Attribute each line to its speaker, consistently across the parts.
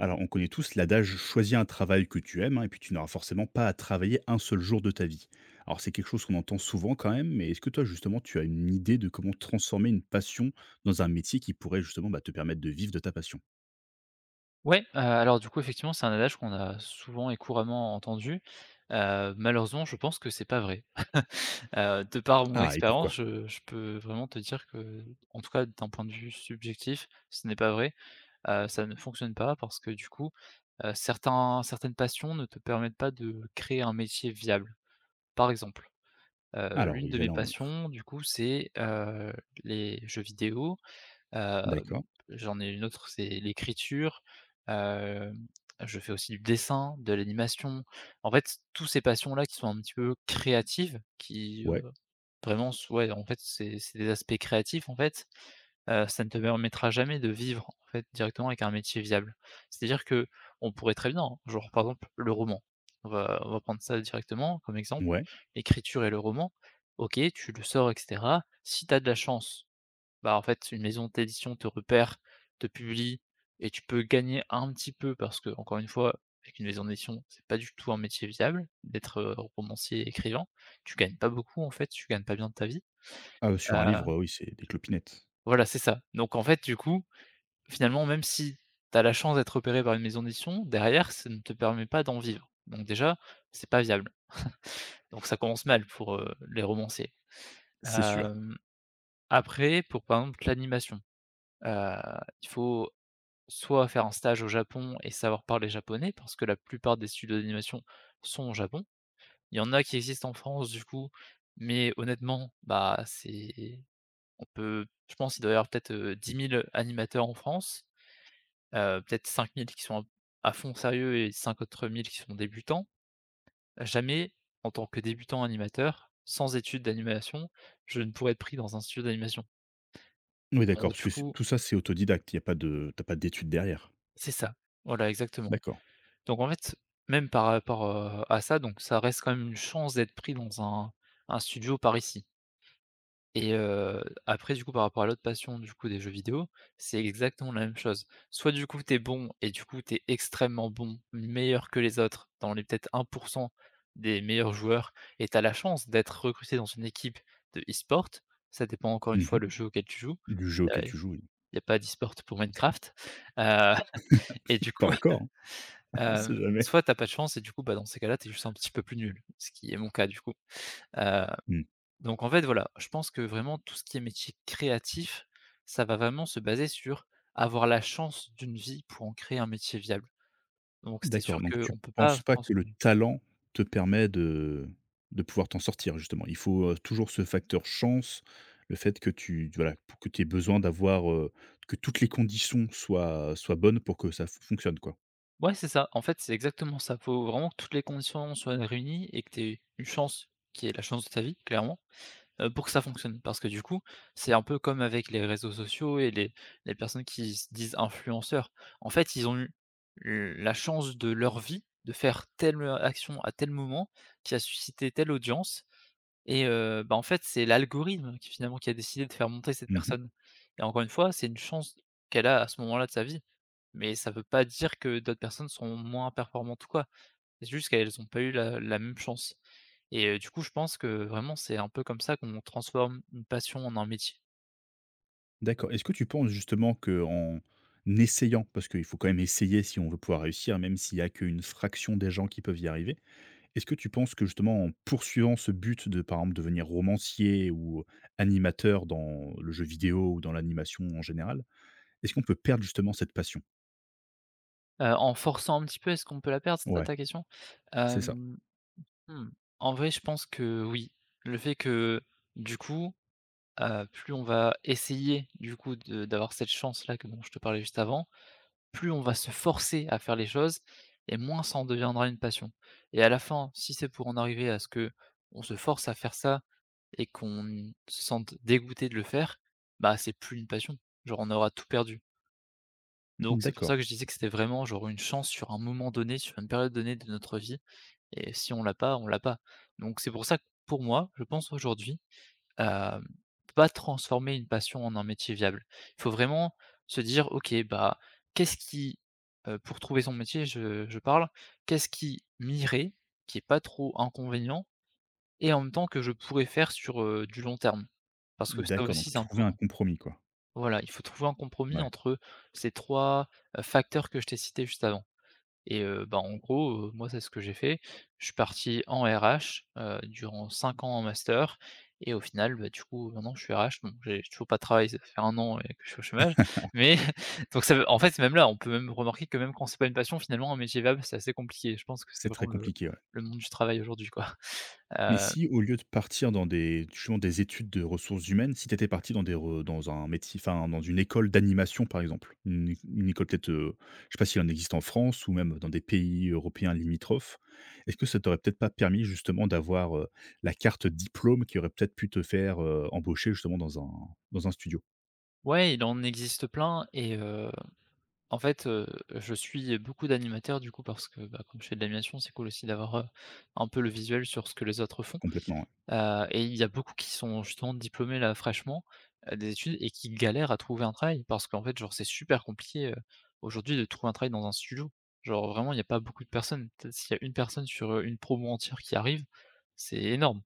Speaker 1: Alors, on connaît tous l'adage choisis un travail que tu aimes, hein, et puis tu n'auras forcément pas à travailler un seul jour de ta vie. Alors, c'est quelque chose qu'on entend souvent quand même, mais est-ce que toi, justement, tu as une idée de comment transformer une passion dans un métier qui pourrait justement bah, te permettre de vivre de ta passion?
Speaker 2: Ouais, alors du coup, effectivement, c'est un adage qu'on a souvent et couramment entendu. Malheureusement, je pense que c'est pas vrai. De par mon
Speaker 1: Ah, et
Speaker 2: expérience,
Speaker 1: pourquoi?
Speaker 2: je peux vraiment te dire que, en tout cas d'un point de vue subjectif, ce n'est pas vrai. Ça ne fonctionne pas parce que du coup, certains certaines passions ne te permettent pas de créer un métier viable. Par exemple,
Speaker 1: Alors,
Speaker 2: l'une
Speaker 1: oui,
Speaker 2: de
Speaker 1: j'allais
Speaker 2: mes
Speaker 1: en venir.
Speaker 2: passions, du coup, c'est, les jeux vidéo. Hem,
Speaker 1: D'accord.
Speaker 2: J'en ai une autre, c'est l'écriture. Hem, je fais aussi du dessin, de l'animation. En fait, tous ces passions-là qui sont un petit peu créatives, qui,
Speaker 1: Ouais.
Speaker 2: vraiment s ouais, en fait, c'est des aspects créatifs, en fait, ça ne te permettra jamais de vivre, en fait, directement avec un métier viable. C'est-à-dire que on pourrait très bien, hein, genre, par exemple, le roman. On va prendre ça directement comme exemple.
Speaker 1: Ouais.
Speaker 2: L'écriture et le roman, OK, tu le sors et cetera. Si tu as de la chance, bah, en fait, une maison d'édition te repère, te publie et tu peux gagner un petit peu parce que encore une fois, avec une maison d'édition, c'est pas du tout un métier viable d'être, romancier, et écrivain. Tu gagnes pas beaucoup, en fait, tu gagnes pas bien de ta vie.
Speaker 1: Ah,
Speaker 2: Heu,
Speaker 1: sur un livre, oui, c'est des clopinettes.
Speaker 2: voilà, c'est ça. Donc en fait, du coup, finalement, même si tu as la chance d'être repéré par une maison d'édition, derrière, ça ne te permet pas d'en vivre. Donc déjà, c'est pas viable. Donc ça commence mal pour, les romanciers.
Speaker 1: C'est sûr.
Speaker 2: Hem, Après, pour par exemple l'animation, heu, il faut soit faire un stage au Japon et savoir parler japonais, parce que la plupart des studios d'animation sont au Japon. Il y en a qui existent en France du coup, mais honnêtement, bah, c'est on peut je pense il doit y avoir peut-être, 10 000 animateurs en France, peut-être 5 000 qui sont à fond sérieux et 5 autres mille qui sont débutants. Jamais, en tant que débutant animateur, sans études d'animation, je ne pourrais être pris dans un studio d'animation.
Speaker 1: Oui, d'accord,
Speaker 2: Donc
Speaker 1: parce
Speaker 2: du
Speaker 1: que
Speaker 2: coup
Speaker 1: tout ça, c'est autodidacte. Il n'y a pas de, t'as pas d'études derrière.
Speaker 2: c'est ça, voilà exactement.
Speaker 1: D'accord.
Speaker 2: Donc en fait, même par rapport, à ça, donc ça reste quand même une chance d'être pris dans un studio par ici et après du coup par rapport à l'autre passion du coup des jeux vidéo, c'est exactement la même chose. Soit du coup t'es bon et du coup t'es extrêmement bon, meilleur que les autres, dans les peut-être 1 des meilleurs joueurs et t'as la chance d'être recruté dans une équipe de e-sport. Ça dépend encore une fois
Speaker 1: Mhm.
Speaker 2: le jeu auquel tu joues.
Speaker 1: Du jeu
Speaker 2: Il y a
Speaker 1: auquel tu joues, oui.
Speaker 2: y a pas d'e-sport pour Minecraft, heu et du
Speaker 1: Pas
Speaker 2: coup.
Speaker 1: encore, hein, on sait jamais.
Speaker 2: Soit t'as pas de chance et du coup, bah, dans ces cas-là, t'es juste un petit peu plus nul, ce qui est mon cas du coup. Heu,
Speaker 1: Mmh.
Speaker 2: donc en fait, voilà, je pense que vraiment tout ce qui est métier créatif, ça va vraiment se baser sur avoir la chance d'une vie pour en créer un métier viable. Donc c'est sûr
Speaker 1: D'accord, donc tu
Speaker 2: qu'on peut pas
Speaker 1: penses pas que le
Speaker 2: transformer.
Speaker 1: talent te permet de pouvoir t'en sortir justement? Il faut, toujours ce facteur chance, le fait que tu voilà, pour que tu aies besoin d'avoir, que toutes les conditions soient bonnes pour que ça f fonctionne quoi?
Speaker 2: Ouais, c'est ça, en fait, c'est exactement ça. Faut vraiment que toutes les conditions soient réunies et que tu aies une chance qui est la chance de ta vie, clairement, pour que ça fonctionne. Parce que du coup, c'est un peu comme avec les réseaux sociaux et les personnes qui se disent influenceurs. En fait, ils ont eu la chance de leur vie de faire telle, action à tel moment qui a suscité telle audience et bah, en fait, c'est l'algorithme qui finalement qui a décidé de faire monter cette
Speaker 1: Mmh.
Speaker 2: personne et encore une fois, c'est une chance qu'elle a à ce moment-là de sa vie, mais ça ne veut pas dire que d'autres personnes sont moins performantes ou quoi. C'est juste qu'elles n'ont pas eu la même chance et du coup, je pense que vraiment, c'est un peu comme ça qu'on transforme une passion en un métier.
Speaker 1: D'accord. Est-ce que tu penses justement que en essayant, parce qu'il faut quand même essayer si on veut pouvoir réussir, même s'il y a qu'une fraction des gens qui peuvent y arriver. Est-ce que tu penses que justement en poursuivant ce but de, par exemple, devenir romancier ou animateur dans le jeu vidéo ou dans l'animation en général, est-ce qu'on peut perdre justement cette passion?
Speaker 2: En forçant un petit peu, est-ce qu'on peut la perdre? C'est ça
Speaker 1: Ouais,
Speaker 2: ta question?
Speaker 1: c'est ça.
Speaker 2: Hem, mmh, En vrai, je pense que oui. Le fait que, du coup, plus on va essayer, du coup, de d'avoir cette chance-là que dont je te parlais juste avant, plus on va se forcer à faire les choses et moins ça en deviendra une passion et à la fin, si c'est pour en arriver à ce que on se force à faire ça et qu'on se sente dégoûté de le faire, bah, c'est plus une passion. Genre, on aura tout perdu. Donc, c'est pour
Speaker 1: D'accord,
Speaker 2: ça que je disais que c'était vraiment, genre, une chance sur un moment donné, sur une période donnée de notre vie et si on l'a pas, on l'a pas. Donc, c'est pour ça que, pour moi, je pense aujourd'hui, hem, pas transformer une passion en un métier viable. Il faut vraiment se dire: «OK, bah, qu'est-ce qui», pour trouver son métier, je parle, «qu'est-ce qui m'irait, qui est pas trop inconvénient et en même temps que je pourrais faire sur, du long terme». Parce que ça
Speaker 1: d'accord,
Speaker 2: aussi
Speaker 1: donc
Speaker 2: c'est
Speaker 1: trouver un
Speaker 2: important.
Speaker 1: compromis quoi.
Speaker 2: Voilà, il faut trouver un compromis
Speaker 1: Ouais,
Speaker 2: entre ces 3 facteurs que je t'ai cités juste avant et bah, en gros, moi c'est ce que j'ai fait. Je suis parti en RH, durant 5 ans en master et au final, bah, du coup, maintenant je suis RH, donc j'ai toujours pas de travail, ça fait 1 an et que je suis au chômage. Mais donc ça veut en fait, même là, on peut même remarquer que même quand c'est pas une passion, finalement, un métier viable, c'est assez compliqué. Je pense que
Speaker 1: c'est
Speaker 2: c'est
Speaker 1: très
Speaker 2: vraiment le
Speaker 1: compliqué, ouais.
Speaker 2: le monde du travail aujourd'hui, quoi.
Speaker 1: Mais
Speaker 2: Heu
Speaker 1: si au lieu de partir dans des justement des études de ressources humaines, si tu étais parti dans des re dans un métier, enfin dans une école d'animation par exemple, une école peut-être, je sais pas s'il en existe en France ou même dans des pays européens limitrophes. Est-ce que ça t'aurait peut-être pas permis justement d'avoir, la carte diplôme qui aurait peut-être pu te faire, embaucher justement dans un studio?
Speaker 2: Ouais, il en existe plein et en fait, je suis beaucoup d'animateurs du coup parce que, bah, comme je fais de l'animation, c'est cool aussi d'avoir, un peu le visuel sur ce que les autres font,
Speaker 1: Complètement, ouais.
Speaker 2: et il y a beaucoup qui sont justement diplômés là fraîchement, des études et qui galèrent à trouver un travail parce qu'en fait, genre, c'est super compliqué, aujourd'hui de trouver un travail dans un studio. Genre, vraiment, il y a pas beaucoup de personnes. Peut-être s'il y a une personne sur, une promo entière qui arrive, c'est énorme.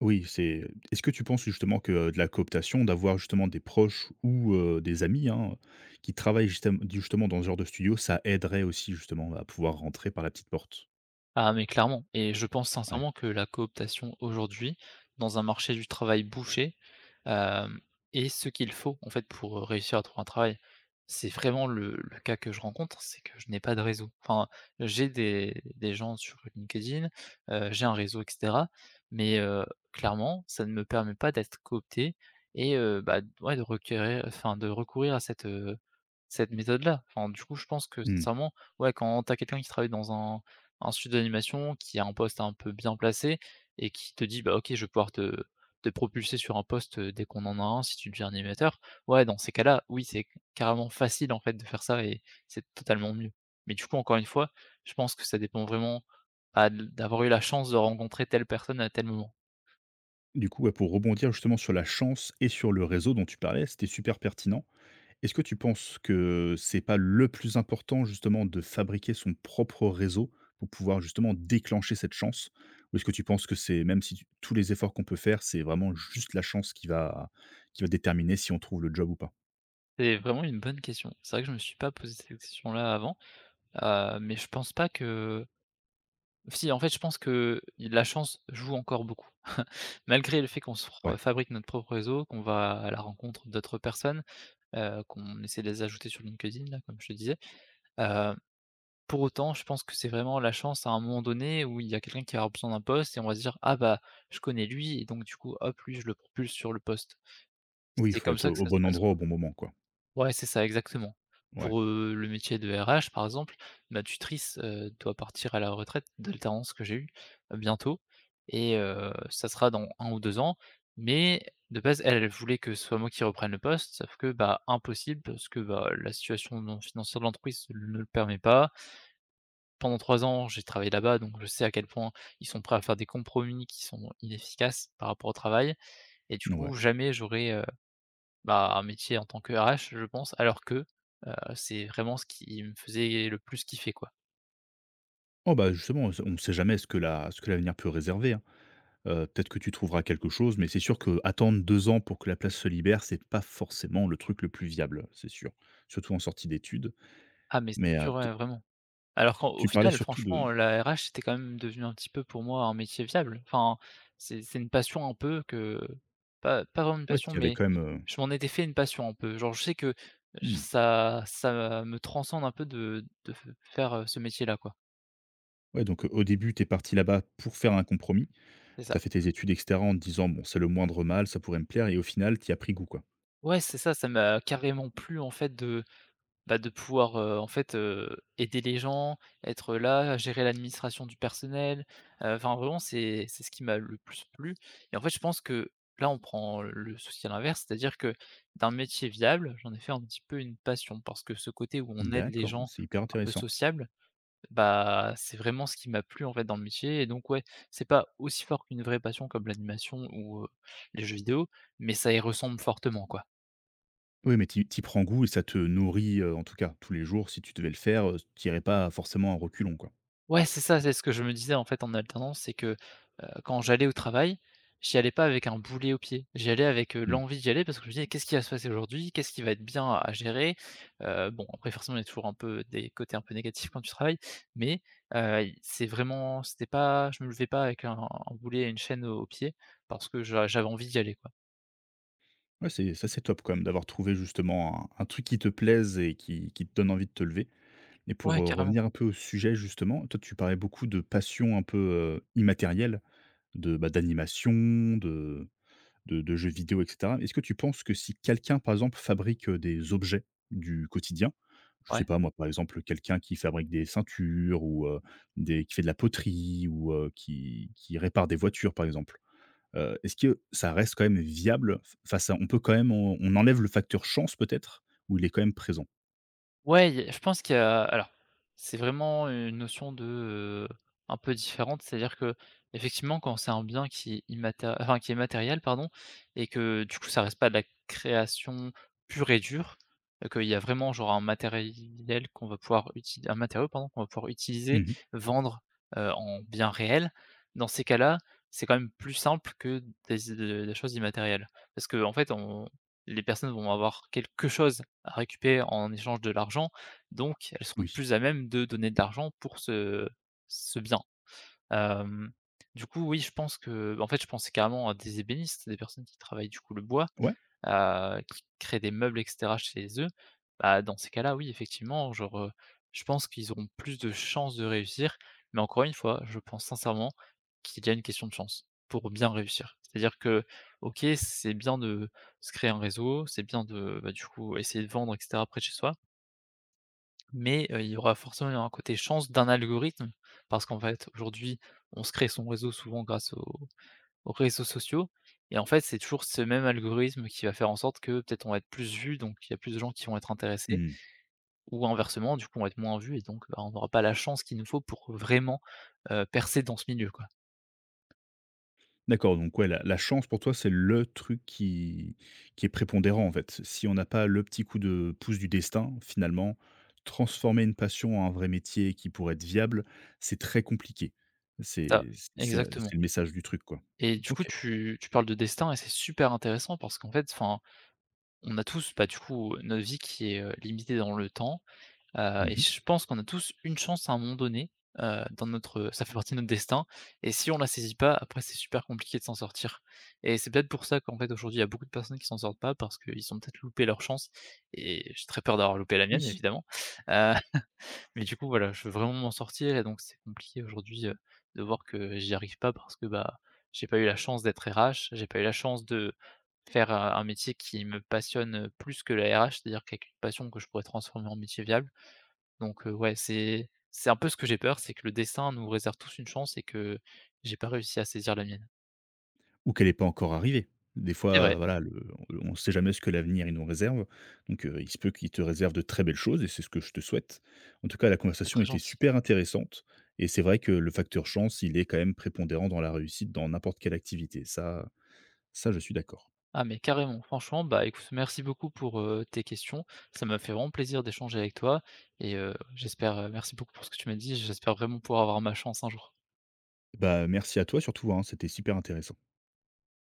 Speaker 1: Oui, c'est est-ce que tu penses justement que, de la cooptation, d'avoir justement des proches ou des amis, hein, qui travaillent justement dans ce genre de studio, ça aiderait aussi justement à pouvoir rentrer par la petite porte?
Speaker 2: Ah mais clairement et je pense
Speaker 1: Ouais.
Speaker 2: sincèrement que la cooptation aujourd'hui, dans un marché du travail bouché, hem, est ce qu'il faut en fait pour, réussir à trouver un travail. C'est vraiment le cas que je rencontre, c'est que je n'ai pas de réseau. Enfin, j'ai des gens sur LinkedIn, j'ai un réseau et cetera, mais clairement, ça ne me permet pas d'être coopté et bah, ouais, de requérir enfin de recourir à cette méthode-là. Enfin, du coup, je pense que
Speaker 1: Mmh.
Speaker 2: sincèrement, ouais, quand tu as quelqu'un qui travaille dans un studio d'animation qui a un poste un peu bien placé et qui te dit: «Bah, OK, je vais pouvoir te propulser sur un poste, dès qu'on en a un si tu deviens animateur». Ouais, dans ces cas-là, oui, c'est carrément facile, en fait, de faire ça et c'est totalement mieux. Mais du coup, encore une fois, je pense que ça dépend vraiment, bah, de d'avoir eu la chance de rencontrer telle personne à tel moment.
Speaker 1: Du coup, ouais, pour rebondir justement sur la chance et sur le réseau dont tu parlais, c'était super pertinent. Est-ce que tu penses que c'est pas le plus important justement de fabriquer son propre réseau pour pouvoir justement déclencher cette chance? Ou est-ce que tu penses que c'est même si tu tous les efforts qu'on peut faire, c'est vraiment juste la chance qui va déterminer si on trouve le job ou pas?
Speaker 2: C'est vraiment une bonne question. C'est vrai que je me suis pas posé cette question-là avant, mais je pense pas que si, en fait, je pense que, la chance joue encore beaucoup. Malgré le fait qu'on se re
Speaker 1: Ouais.
Speaker 2: fabrique notre propre réseau, qu'on va à la rencontre d'autres personnes, qu'on essaie de les ajouter sur LinkedIn là, comme je te disais, heu, pour autant, je pense que c'est vraiment la chance à un moment donné où il y a quelqu'un qui va besoin d'un poste et on va se dire: «Ah bah, je connais lui» et donc du coup, hop, lui, je le propulse sur le poste.
Speaker 1: Oui, il
Speaker 2: C'est
Speaker 1: faut
Speaker 2: comme
Speaker 1: être
Speaker 2: ça
Speaker 1: au
Speaker 2: que
Speaker 1: au
Speaker 2: ça se
Speaker 1: bon
Speaker 2: passe.
Speaker 1: endroit au bon moment quoi.
Speaker 2: Ouais, c'est ça, exactement.
Speaker 1: Ouais,
Speaker 2: Pour, le métier de RH, par exemple, ma tutrice, doit partir à la retraite d'alternance que j'ai eue, bientôt et ça sera dans 1 ou 2 ans. Mais de base, elle, elle voulait que ce soit moi qui reprenne le poste, sauf que, bah, impossible parce que, bah, la situation non financière de l'entreprise ne le permet pas. Pendant 3 ans, j'ai travaillé là-bas, donc je sais à quel point ils sont prêts à faire des compromis qui sont inefficaces par rapport au travail et du coup,
Speaker 1: ouais.
Speaker 2: jamais j'aurais, bah, un métier en tant que RH, je pense, alors que, c'est vraiment ce qui me faisait le plus kiffer, quoi.
Speaker 1: Oh bah, justement, on ne sait jamais ce que l'avenir peut réserver, hein. Peut-être que tu trouveras quelque chose, mais c'est sûr que attendre 2 ans pour que la place se libère, c'est pas forcément le truc le plus viable, c'est sûr. Surtout en sortie d'études,
Speaker 2: Ah, mais c'est
Speaker 1: mais, heu
Speaker 2: sûr, ouais, vraiment. Alors qu'au au
Speaker 1: Tu parlais
Speaker 2: final,
Speaker 1: surtout de
Speaker 2: franchement, la RH, c'était quand même devenu un petit peu pour moi un métier viable. Enfin, c'est une passion un peu que pas vraiment une
Speaker 1: ouais,
Speaker 2: passion,
Speaker 1: qu'il y avait
Speaker 2: mais
Speaker 1: quand même,
Speaker 2: je m'en étais fait une passion un peu. Genre, je sais que
Speaker 1: mmh,
Speaker 2: ça me transcende un peu de faire, ce métier-là, quoi.
Speaker 1: ouais, donc au début, tu es parti là-bas pour faire un compromis.
Speaker 2: C'est ça.
Speaker 1: Tu as fait tes études et cetera en te disant: «Bon, c'est le moindre mal, ça pourrait me plaire» et au final, tu as pris goût, quoi.
Speaker 2: Ouais, c'est ça, ça m'a carrément plu, en fait, de bah, de pouvoir, en fait, aider les gens, être là, gérer l'administration du personnel, enfin vraiment c'est ce qui m'a le plus plu et en fait je pense que là on prend le souci à l'inverse, c'est-à-dire que d'un métier viable, j'en ai fait un petit peu une passion parce que ce côté où on aide les
Speaker 1: D'accord,
Speaker 2: gens
Speaker 1: c'est hyper
Speaker 2: un peu
Speaker 1: intéressant.
Speaker 2: sociable bah, c'est vraiment ce qui m'a plu en fait dans le métier et donc ouais, c'est pas aussi fort qu'une vraie passion comme l'animation ou, les jeux vidéo, mais ça y ressemble fortement, quoi.
Speaker 1: Oui, mais tu y prends goût et ça te nourrit, en tout cas tous les jours. Si tu devais le faire, tu irais pas forcément à reculons, quoi.
Speaker 2: Ouais, c'est ça, c'est ce que je me disais, en fait, en alternance, c'est que, quand j'allais au travail, j'y allais pas avec un boulet au pied. J'y allais avec,
Speaker 1: Mmh.
Speaker 2: l'envie d'y aller parce que je me disais: «Qu'est-ce qui va se passer aujourd'hui? Qu'est-ce qui va être bien à gérer?» Bon, après forcément, il y a toujours un peu des côtés un peu négatifs quand tu travailles, mais, i c'est vraiment c'était pas je me levais pas avec un boulet et une chaîne au pied parce que j'avais envie d'y aller, quoi.
Speaker 1: Ouais, c'est ça, c'est top quand même d'avoir trouvé justement un truc qui te plaise et qui te donne envie de te lever. Et
Speaker 2: Ouais,
Speaker 1: pour,
Speaker 2: carrément.
Speaker 1: revenir un peu au sujet justement, toi, tu parlais beaucoup de passions un peu, immatérielles. De, bah, d'animation, de de jeux vidéo et cetera. Est-ce que tu penses que si quelqu'un, par exemple, fabrique, des objets du quotidien, je
Speaker 2: Ouais.
Speaker 1: sais pas moi, par exemple, quelqu'un qui fabrique des ceintures ou, des qui fait de la poterie ou, qui répare des voitures, par exemple, est-ce que ça reste quand même viable f face à on peut quand même on enlève le facteur chance peut-être? Où il est quand même présent?
Speaker 2: Ouais, il y a je pense qu'il y a alors, c'est vraiment une notion de, un peu différente. C'est-à-dire que effectivement, quand c'est un bien qui est immaté enfin, qui est matériel, pardon, et que du coup, ça reste pas de la création pure et dure, qu'il y a vraiment genre un matériel qu'on va pouvoir utiliser, un matériau pardon, qu'on va pouvoir utiliser,
Speaker 1: Mmh.
Speaker 2: vendre, en bien réel. Dans ces cas-là, c'est quand même plus simple que des choses immatérielles. Parce qu'en fait, on les personnes vont avoir quelque chose récupérer en échange de l'argent, donc elles seront
Speaker 1: Oui.
Speaker 2: plus à même de donner de l'argent pour ce bien. Hem, du coup, oui, je pense que, bah, en fait, je pensais carrément à des ébénistes, des personnes qui travaillent, du coup, le bois,
Speaker 1: Ouais.
Speaker 2: qui créent des meubles et cetera chez eux, bah, dans ces cas-là, oui, effectivement, genre, je pense qu'ils auront plus de chances de réussir. Mais encore une fois, je pense sincèrement qu'il y a une question de chance pour bien réussir. C'est-à-dire que, OK, c'est bien de se créer un réseau, c'est bien de, bah, du coup, essayer de vendre et cetera près de chez soi, mais, il y aura forcément un côté chance d'un algorithme parce qu'en fait, aujourd'hui, on se crée son réseau souvent grâce au aux réseaux sociaux et en fait, c'est toujours ce même algorithme qui va faire en sorte que peut-être on va être plus vu donc il y a plus de gens qui vont être intéressés
Speaker 1: Mmh.
Speaker 2: ou inversement, du coup, on va être moins vu et donc, bah, on n'aura pas la chance qu'il nous faut pour vraiment, percer dans ce milieu, quoi.
Speaker 1: D'accord, donc ouais, la chance pour toi, c'est le truc qui est prépondérant, en fait. Si on n'a pas le petit coup de pouce du destin, finalement, transformer une passion en un vrai métier qui pourrait être viable, c'est très compliqué.
Speaker 2: C'est ça,
Speaker 1: C'est c'est c'est
Speaker 2: exactement
Speaker 1: c'est le message du truc, quoi.
Speaker 2: et du coup,
Speaker 1: OK.
Speaker 2: tu parles de destin et c'est super intéressant parce qu'en fait, enfin, on a tous, bah, du coup, notre vie qui est, limitée dans le temps. Et
Speaker 1: Mmh.
Speaker 2: je pense qu'on a tous une chance à un moment donné, dans notre ça fait partie de notre destin et si on la saisit pas, après c'est super compliqué de s'en sortir et c'est peut-être pour ça qu'en fait aujourd'hui, il y a beaucoup de personnes qui s'en sortent pas parce qu'ils ont peut-être loupé leur chance et j'ai très peur d'avoir loupé la
Speaker 1: Oui.
Speaker 2: mienne évidemment, heu, mais du coup voilà, je veux vraiment m'en sortir et donc c'est compliqué aujourd'hui, de voir que j'y arrive pas parce que, bah, j'ai pas eu la chance d'être RH, j'ai pas eu la chance de faire, un métier qui me passionne, plus que la RH. C'est-à-dire qu'avec une passion que je pourrais transformer en métier viable, donc ouais, c'est un peu ce que j'ai peur, c'est que le destin nous réserve tous une chance et que j'ai pas réussi à saisir la mienne.
Speaker 1: Ou qu'elle n'est pas encore arrivée. Des
Speaker 2: C'est
Speaker 1: fois,
Speaker 2: vrai,
Speaker 1: voilà, le on ne sait jamais ce que l'avenir, il nous réserve. Donc, il se peut qu'il te réserve de très belles choses et c'est ce que je te souhaite. En tout cas, la
Speaker 2: c'est
Speaker 1: conversation
Speaker 2: très
Speaker 1: était
Speaker 2: gentil.
Speaker 1: super intéressante et c'est vrai que le facteur chance, il est quand même prépondérant dans la réussite dans n'importe quelle activité. Ça ça, je suis d'accord.
Speaker 2: Ah mais carrément, franchement, bah, écoute, merci beaucoup pour, tes questions. Ça m'a fait vraiment plaisir d'échanger avec toi et j'espère, merci beaucoup pour ce que tu m'as dit, j'espère vraiment pouvoir avoir ma chance un jour.
Speaker 1: Bah, merci à toi surtout, hein, c'était super intéressant.